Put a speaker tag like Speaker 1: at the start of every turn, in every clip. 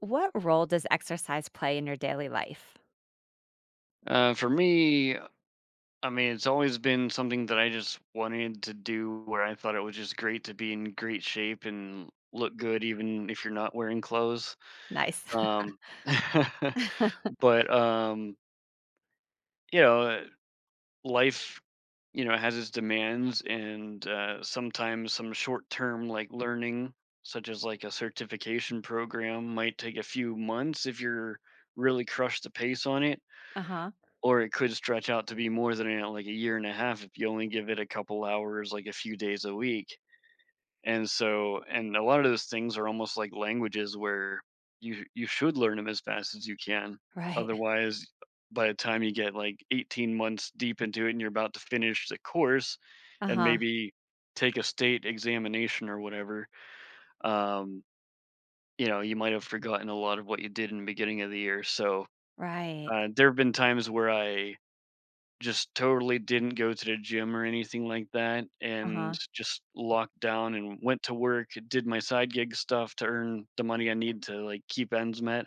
Speaker 1: What role does exercise play in your daily life?
Speaker 2: Uh, for me, it's always been something that I just wanted to do where I thought it was just great to be in great shape and look good, even if you're not wearing clothes.
Speaker 1: Nice.
Speaker 2: Um, but, um, you know, life, has its demands, and sometimes some short term, like learning, such as like a certification program, might take a few months if you're really crushed the pace on it.
Speaker 1: Uh-huh.
Speaker 2: Or it could stretch out to be more than, like, 1.5 years if you only give it a couple hours, like, a few days a week, and so and a lot of those things are almost like languages where you should learn them as fast as you can.
Speaker 1: Right.
Speaker 2: Otherwise, by the time you get, like, 18 months deep into it and you're about to finish the course and
Speaker 1: Uh-huh.
Speaker 2: maybe take a state examination or whatever, um, you might have forgotten a lot of what you did in the beginning of the year. So,
Speaker 1: Right.
Speaker 2: there have been times where I just totally didn't go to the gym or anything like that, and
Speaker 1: Uh-huh.
Speaker 2: just locked down and went to work, did my side gig stuff to earn the money I need to, like, keep ends met,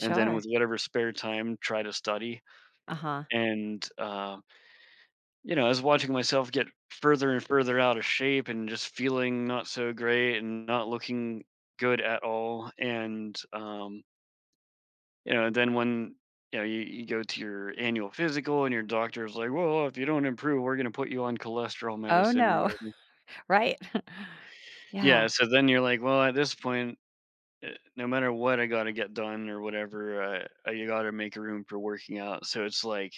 Speaker 2: and then with whatever spare time, try to study,
Speaker 1: Uh-huh.
Speaker 2: and, I was watching myself get further and further out of shape and just feeling not so great and not looking good at all, and then when you go to your annual physical and your doctor's like, "Well, if you don't improve, we're going to put you on cholesterol
Speaker 1: Oh,
Speaker 2: medicine or
Speaker 1: no.
Speaker 2: whatever."
Speaker 1: Right. Yeah.
Speaker 2: Yeah, so then you're like, "Well, at this point, eh, no matter what I got to get done or whatever, I you got to make room for working out." So it's like,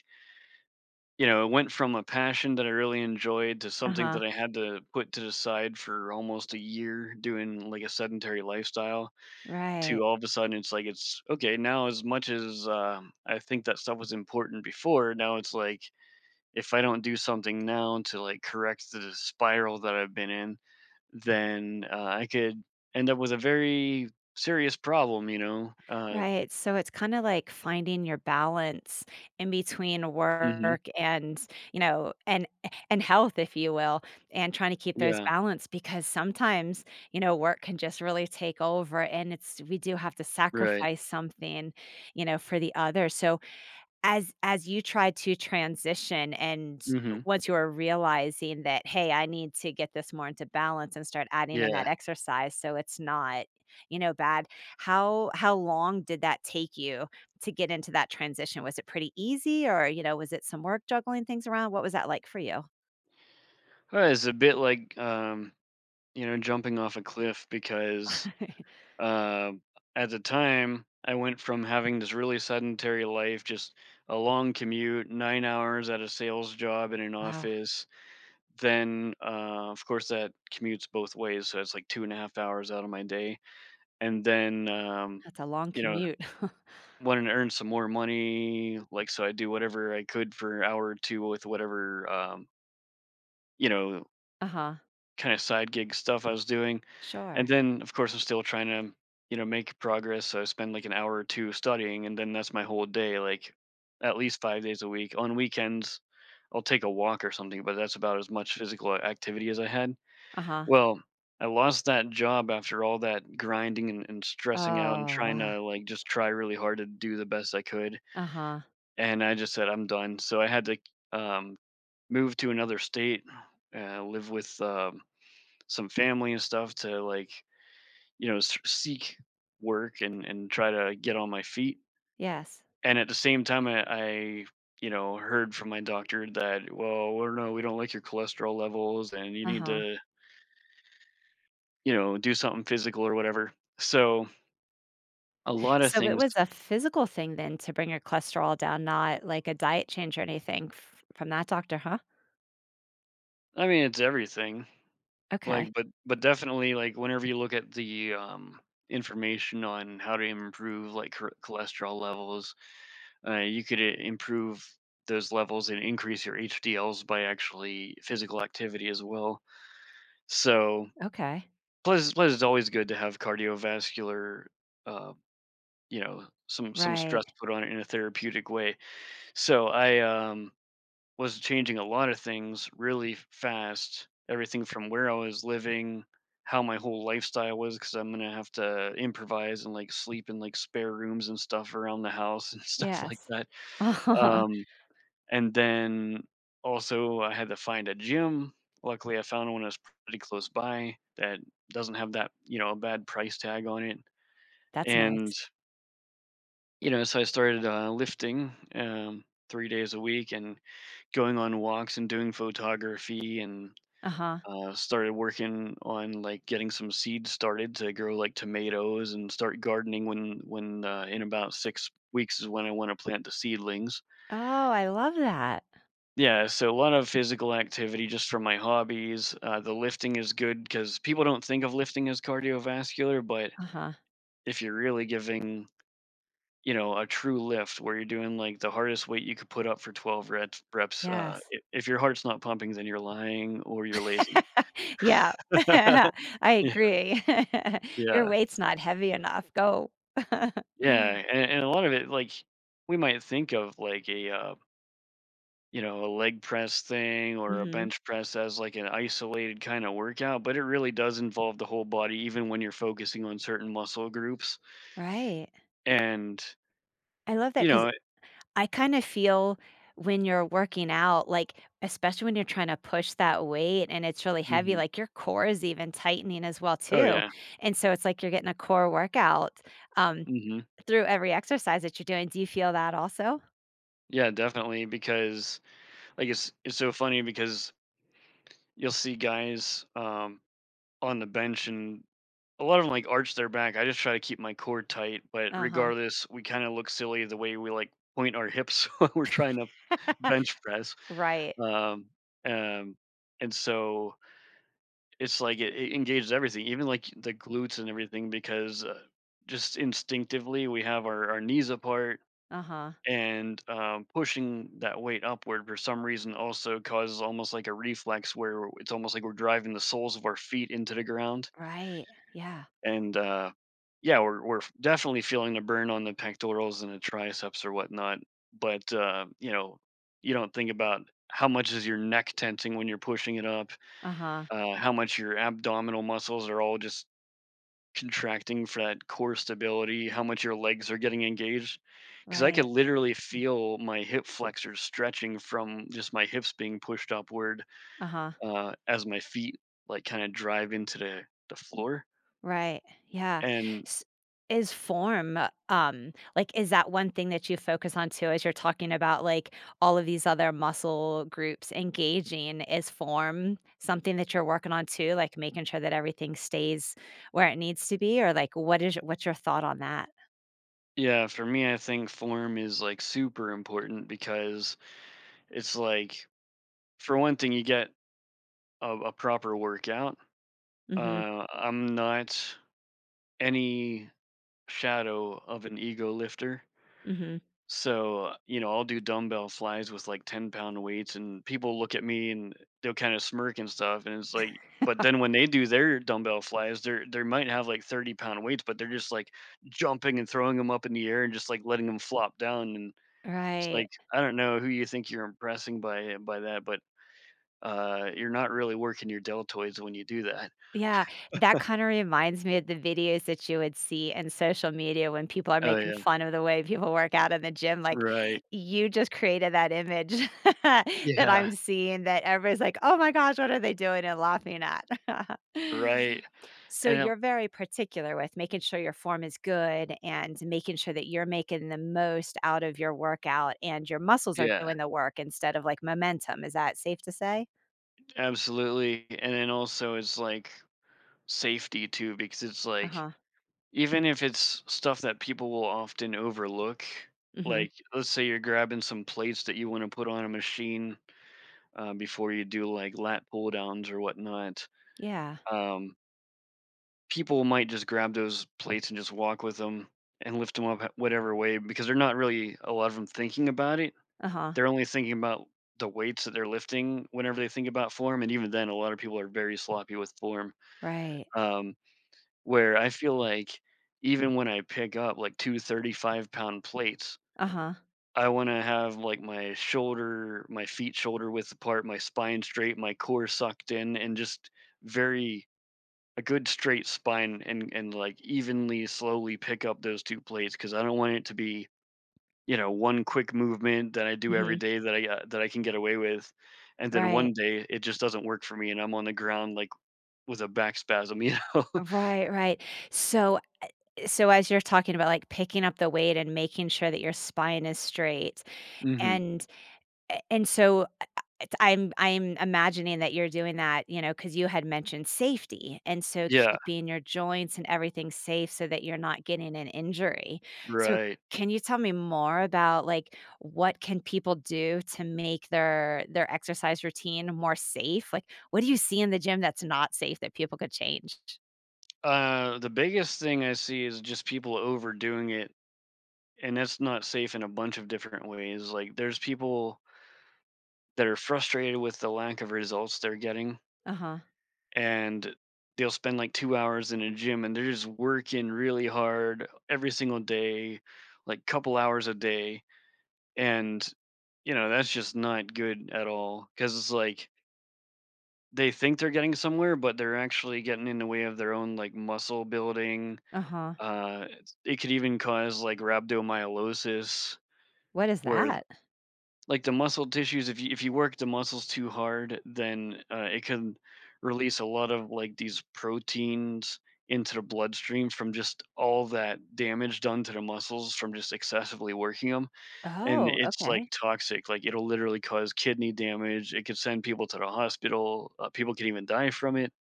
Speaker 2: it went from a passion that I really enjoyed to something
Speaker 1: Uh-huh.
Speaker 2: that I had to put to the side for almost a year doing like a sedentary lifestyle
Speaker 1: Right.
Speaker 2: to all of a sudden it's like it's okay now. As much as I think that stuff was important before, now it's like if I don't do something now to like correct the spiral that I've been in, then I could end up with a very serious problem, you know.
Speaker 1: Right. So it's kind of like finding your balance in between
Speaker 2: Hmm.
Speaker 1: work you know, and and health, if you will, and trying to keep those
Speaker 2: Yeah.
Speaker 1: balance because sometimes, work can just really take over and it's we do have to
Speaker 2: Right.
Speaker 1: sacrifice something for the other. So as you tried to transition and
Speaker 2: Hmm.
Speaker 1: once you were realizing that, "Hey, I need to get this more into balance and start adding in
Speaker 2: Yeah.
Speaker 1: that exercise so it's not bad," how long did that take you to get into that transition? Was it pretty easy or was it some work juggling things around? What was that like for you?
Speaker 2: Well, it's a bit like jumping off a cliff because uh, at the time, I went from having this really sedentary life, just a long commute, 9 hours at a sales job in an
Speaker 1: Wow,
Speaker 2: office. Then, of course, that commutes both ways. So it's like 2.5 hours out of my day. And then,
Speaker 1: that's a long
Speaker 2: you know,
Speaker 1: commute.
Speaker 2: wanting to earn some more money. Like, so I do whatever I could for an hour or two with whatever, you know,
Speaker 1: Uh-huh.
Speaker 2: kind of side gig stuff I was doing. And
Speaker 1: Sure.
Speaker 2: then, of course, I'm still trying to, make progress. So I spend like an hour or two studying, and then that's my whole day, like at least 5 days a week. On weekends, I'll take a walk or something, but that's about as much physical activity as I had.
Speaker 1: Uh-huh.
Speaker 2: Well, I lost that job after all that grinding and stressing out and
Speaker 1: Oh,
Speaker 2: trying
Speaker 1: wow.
Speaker 2: to like just try really hard to do the best I could.
Speaker 1: Uh-huh.
Speaker 2: And I just said, I'm done. So I had to um, move to another state, live with some family and stuff to like seek work and try to get on my feet,
Speaker 1: Yes.
Speaker 2: and at the same time I heard from my doctor that, well, we are no, we don't like your cholesterol levels and you need
Speaker 1: Uh-huh.
Speaker 2: to do something physical or whatever. So a lot of
Speaker 1: So it
Speaker 2: things.
Speaker 1: was a physical thing then to bring your cholesterol down, not like a diet change or anything f from that doctor, huh?
Speaker 2: I mean it's everything like,
Speaker 1: Okay,
Speaker 2: but definitely like whenever you look at the information on how to improve like cholesterol levels. You could improve those levels and increase your HDLs by actually physical activity as well. So
Speaker 1: okay.
Speaker 2: plus it's always good to have cardiovascular, uh, some
Speaker 1: Right.
Speaker 2: stress put on it in a therapeutic way. So I was changing a lot of things really fast. Everything from where I was living, how my whole lifestyle was, because I'm gonna have to improvise and like sleep in like spare rooms and stuff around the house and stuff like
Speaker 1: Yes.
Speaker 2: that.
Speaker 1: Uh-huh.
Speaker 2: Um, And then also I had to find a gym. Luckily, I found one that's pretty close by that doesn't have that, a bad price tag on it.
Speaker 1: That's
Speaker 2: And,
Speaker 1: nice.
Speaker 2: so I started lifting 3 days a week and going on walks and doing photography and
Speaker 1: Uh-huh.
Speaker 2: started working on like getting some seeds started to grow like tomatoes and start gardening when in about 6 weeks is when I want to plant the seedlings.
Speaker 1: Oh, I love that.
Speaker 2: Yeah, so a lot of physical activity just from my hobbies. The lifting is good because people don't think of lifting as cardiovascular, but
Speaker 1: Uh-huh.
Speaker 2: if you're really giving, a true lift where you're doing like the hardest weight you could put up for 12 reps,
Speaker 1: Yes.
Speaker 2: if your heart's not pumping, then you're lying or you're lazy.
Speaker 1: Yeah. I
Speaker 2: yeah,
Speaker 1: agree. Your
Speaker 2: yeah,
Speaker 1: weight's not heavy enough. Go.
Speaker 2: yeah. And a lot of it, like we might think of like a a leg press thing or a
Speaker 1: Mhm.
Speaker 2: bench press as like an isolated kind of workout, but it really does involve the whole body, even when you're focusing on certain muscle groups.
Speaker 1: Right.
Speaker 2: And,
Speaker 1: I love
Speaker 2: you
Speaker 1: that because
Speaker 2: know,
Speaker 1: I kind of feel when you're working out, like, especially when you're trying to push that weight and it's really heavy,
Speaker 2: mhm.
Speaker 1: like your core is even tightening as well
Speaker 2: Oh
Speaker 1: too.
Speaker 2: yeah.
Speaker 1: And so it's like you're getting a core workout um,
Speaker 2: Hmm.
Speaker 1: through every exercise that you're doing. Do you feel that also?
Speaker 2: Yeah, definitely. Because like it's so funny because you'll see guys on the bench and a lot of them like arch their back. I just try to keep my core tight, but
Speaker 1: Uh-huh.
Speaker 2: regardless, we kind of look silly the way we like point our hips when we're trying to bench press.
Speaker 1: Right.
Speaker 2: Um, um, and so it's like it engages everything, even like the glutes and everything, because just instinctively we have our knees apart
Speaker 1: Uh-huh.
Speaker 2: and pushing that weight upward for some reason also causes almost like a reflex where it's almost like we're driving the soles of our feet into the ground.
Speaker 1: Right. Yeah.
Speaker 2: And yeah, we're we're definitely feeling the burn on the pectorals and the triceps or whatnot. But, you don't think about how much is your neck tensing when you're pushing it up,
Speaker 1: Uh-huh.
Speaker 2: how much your abdominal muscles are all just contracting for that core stability, how much your legs are getting engaged. Because I
Speaker 1: Right.
Speaker 2: could literally feel my hip flexors stretching from just my hips being pushed upward,
Speaker 1: Uh-huh.
Speaker 2: as my feet like kind of drive into the floor.
Speaker 1: Right, yeah.
Speaker 2: And
Speaker 1: S is form, like, is that one thing that you focus on too as you're talking about, like, all of these other muscle groups engaging? Is form something that you're working on too, like, making sure that everything stays where it needs to be? Or, like, what is what's your thought on that?
Speaker 2: yeah, for me, I think form is like super important because it's like, for one thing, you get a proper workout.
Speaker 1: Mhm,
Speaker 2: I'm not any shadow of an ego lifter.
Speaker 1: mhm.
Speaker 2: So, I'll do dumbbell flies with like 10 pound weights, and people look at me and they'll kind of smirk and stuff. And it's like, but then when they do their dumbbell flies, they might have like 30 pound weights, but they're just like jumping and throwing them up in the air and just like letting them flop down. And it's
Speaker 1: Right.
Speaker 2: like, I don't know who you think you're impressing by that, but you're not really working your deltoids when you do that.
Speaker 1: Yeah, that kinda reminds me of the videos that you would see in social media when people are
Speaker 2: Oh
Speaker 1: making
Speaker 2: yeah,
Speaker 1: fun of the way people work out in the gym, like,
Speaker 2: right.
Speaker 1: you just created that image that
Speaker 2: Yeah,
Speaker 1: I'm seeing that everybody's like, "Oh my gosh, what are they doing?" and laughing at.
Speaker 2: right.
Speaker 1: So
Speaker 2: And it-
Speaker 1: you're very particular with making sure your form is good and making sure that you're making the most out of your workout and your muscles are
Speaker 2: yeah.
Speaker 1: doing the work instead of, like, momentum, is that safe to say?
Speaker 2: Absolutely, and then also it's like safety too, because it's like
Speaker 1: Uh-huh.
Speaker 2: even if it's stuff that people will often overlook,
Speaker 1: Mhm.
Speaker 2: like let's say you're grabbing some plates that you want to put on a machine before you do like lat pull downs or whatnot.
Speaker 1: Yeah.
Speaker 2: Um, People might just grab those plates and just walk with them and lift them up whatever way because they're not really a lot of them thinking about it.
Speaker 1: Uh-huh.
Speaker 2: They're only thinking about the weights that they're lifting whenever they think about form, and even then, a lot of people are very sloppy with form.
Speaker 1: Right.
Speaker 2: um, where I feel like even when I pick up like two 35 pound plates,
Speaker 1: Uh-huh.
Speaker 2: I want to have like my feet shoulder width apart, my spine straight, my core sucked in, and just very a good straight spine and like evenly slowly pick up those two plates because I don't want it to be one quick movement that I do every
Speaker 1: Mhm.
Speaker 2: day that I can get away with, and then
Speaker 1: Right.
Speaker 2: one day it just doesn't work for me and I'm on the ground like with a back spasm, you know.
Speaker 1: Right, right. So so as you're talking about, like, picking up the weight and making sure that your spine is straight,
Speaker 2: Hmm.
Speaker 1: and and so It's I'm imagining that you're doing that, because you had mentioned safety, and so
Speaker 2: Yeah.
Speaker 1: keeping your joints and everything safe so that you're not getting an injury. So
Speaker 2: Right.
Speaker 1: can you tell me more about, like, what can people do to make their exercise routine more safe? Like, what do you see in the gym that's not safe that people could change?
Speaker 2: The biggest thing I see is just people overdoing it, and that's not safe in a bunch of different ways. Like, there's people that are frustrated with the lack of results they're getting,
Speaker 1: Uh-huh,
Speaker 2: and they'll spend like 2 hours in a gym and they're just working really hard every single day, like couple hours a day. And, you know, that's just not good at all because it's like they think they're getting somewhere, but they're actually getting in the way of their own like muscle building.
Speaker 1: uh-huh.
Speaker 2: It could even cause like rhabdomyolysis,
Speaker 1: What is
Speaker 2: where
Speaker 1: that?
Speaker 2: like the muscle tissues, if you work the muscles too hard, then it can release a lot of like these proteins into the bloodstream from just all that damage done to the muscles from just excessively working them. And
Speaker 1: Oh,
Speaker 2: it's like
Speaker 1: okay.
Speaker 2: toxic. Like it'll literally cause kidney damage. It could send people to the hospital. People can even die from it.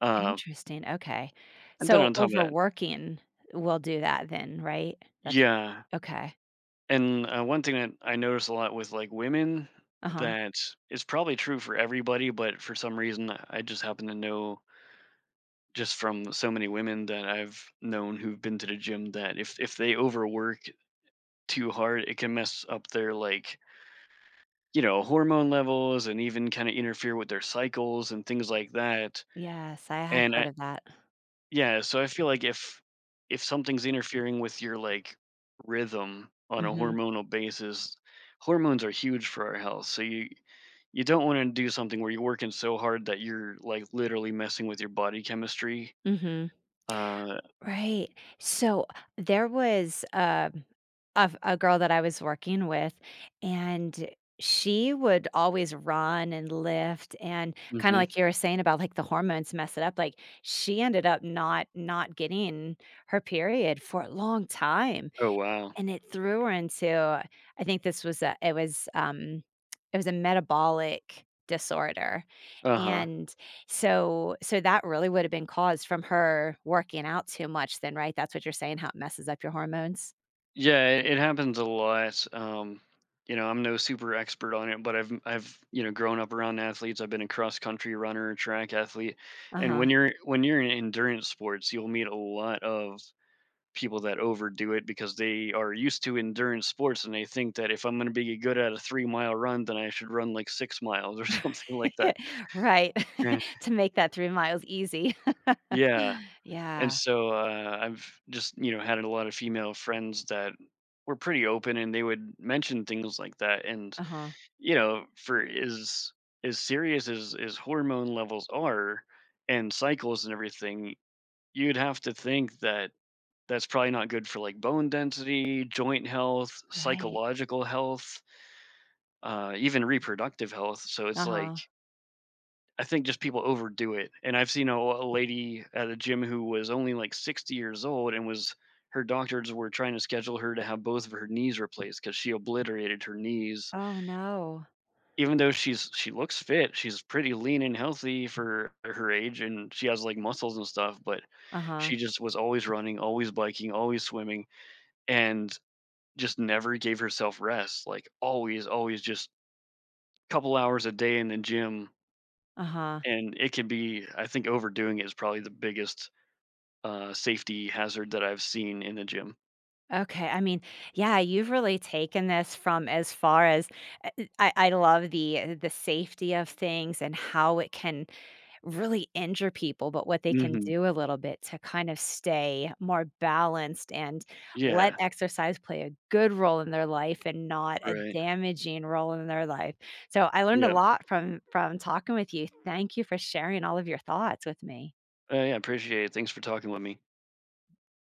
Speaker 2: uh,
Speaker 1: Interesting, okay.
Speaker 2: and then
Speaker 1: So,
Speaker 2: on top of that,
Speaker 1: overworking will do that then, right? That's what
Speaker 2: yeah.
Speaker 1: okay.
Speaker 2: And, one thing that I notice a lot with, like, women
Speaker 1: Uh-huh.
Speaker 2: that is probably true for everybody, but for some reason, I just happen to know just from so many women that I've known who've been to the gym that if they overwork too hard, it can mess up their, like, you know, hormone levels and even kinda interfere with their cycles and things like that,
Speaker 1: Yes, I have
Speaker 2: and
Speaker 1: heard of that.
Speaker 2: So I feel like if something's interfering with your like rhythm on a
Speaker 1: Mhm,
Speaker 2: hormonal basis, hormones are huge for our health. So you don't want to do something where you're working so hard that you're like literally messing with your body chemistry.
Speaker 1: mhm.
Speaker 2: Uh,
Speaker 1: Right. So, there was, a girl that I was working with, and she would always run and lift and kinda
Speaker 2: mhm.
Speaker 1: like you were saying about, like, the hormones mess it up, like, she ended up not getting her period for a long time.
Speaker 2: Oh, wow.
Speaker 1: And it threw her into, I think, this was a it was a metabolic disorder,
Speaker 2: Uh huh.
Speaker 1: and so that really would have been caused from her working out too much then, right? That's what you're saying, how it messes up your hormones?
Speaker 2: Yeah, it happens a lot. You know, I'm no super expert on it, but I've you know grown up around athletes. I've been a cross country runner, track athlete, and
Speaker 1: Uh-huh.
Speaker 2: when you're in endurance sports, you'll meet a lot of people that overdo it because they are used to endurance sports and they think that if I'm going to be good at a 3 mile run, then I should run like 6 miles or something like that.
Speaker 1: Right.
Speaker 2: Yeah.
Speaker 1: To make that 3 miles easy.
Speaker 2: Yeah, and
Speaker 1: Yeah.
Speaker 2: so, I've just, you know, had a lot of female friends that were pretty open and they would mention things like that. And,
Speaker 1: Uh-huh.
Speaker 2: you know, for as as serious as hormone levels are and cycles and everything, you'd have to think that that's probably not good for like bone density, joint health,
Speaker 1: Right.
Speaker 2: psychological health, even reproductive health. So it's like
Speaker 1: Uh-huh.
Speaker 2: I think just people overdo it. And I've seen a lady at a gym who was only like 60 years old and was her doctors were trying to schedule her to have both of her knees replaced because she obliterated her knees.
Speaker 1: Oh, no.
Speaker 2: Even though she looks fit, she's pretty lean and healthy for her age, and she has like muscles and stuff. But
Speaker 1: Uh-huh.
Speaker 2: she just was always running, always biking, always swimming, and just never gave herself rest. Like always, always just couple hours a day in the gym.
Speaker 1: Uh-huh.
Speaker 2: And it can be, I think overdoing it is probably the biggest, safety hazard that I've seen in the gym.
Speaker 1: Okay, I mean, yeah, you've really taken this from as far as I love the safety of things and how it can really injure people, but what they can
Speaker 2: Mhm.
Speaker 1: do a little bit to kind of stay more balanced and let
Speaker 2: Yeah.
Speaker 1: exercise play a good role in their life and not a
Speaker 2: Right.
Speaker 1: damaging role in their life. So I learned a
Speaker 2: Yep.
Speaker 1: lot from talking with you. Thank you for sharing all of your thoughts with me.
Speaker 2: Yeah. I appreciate it. Thanks for talking with me.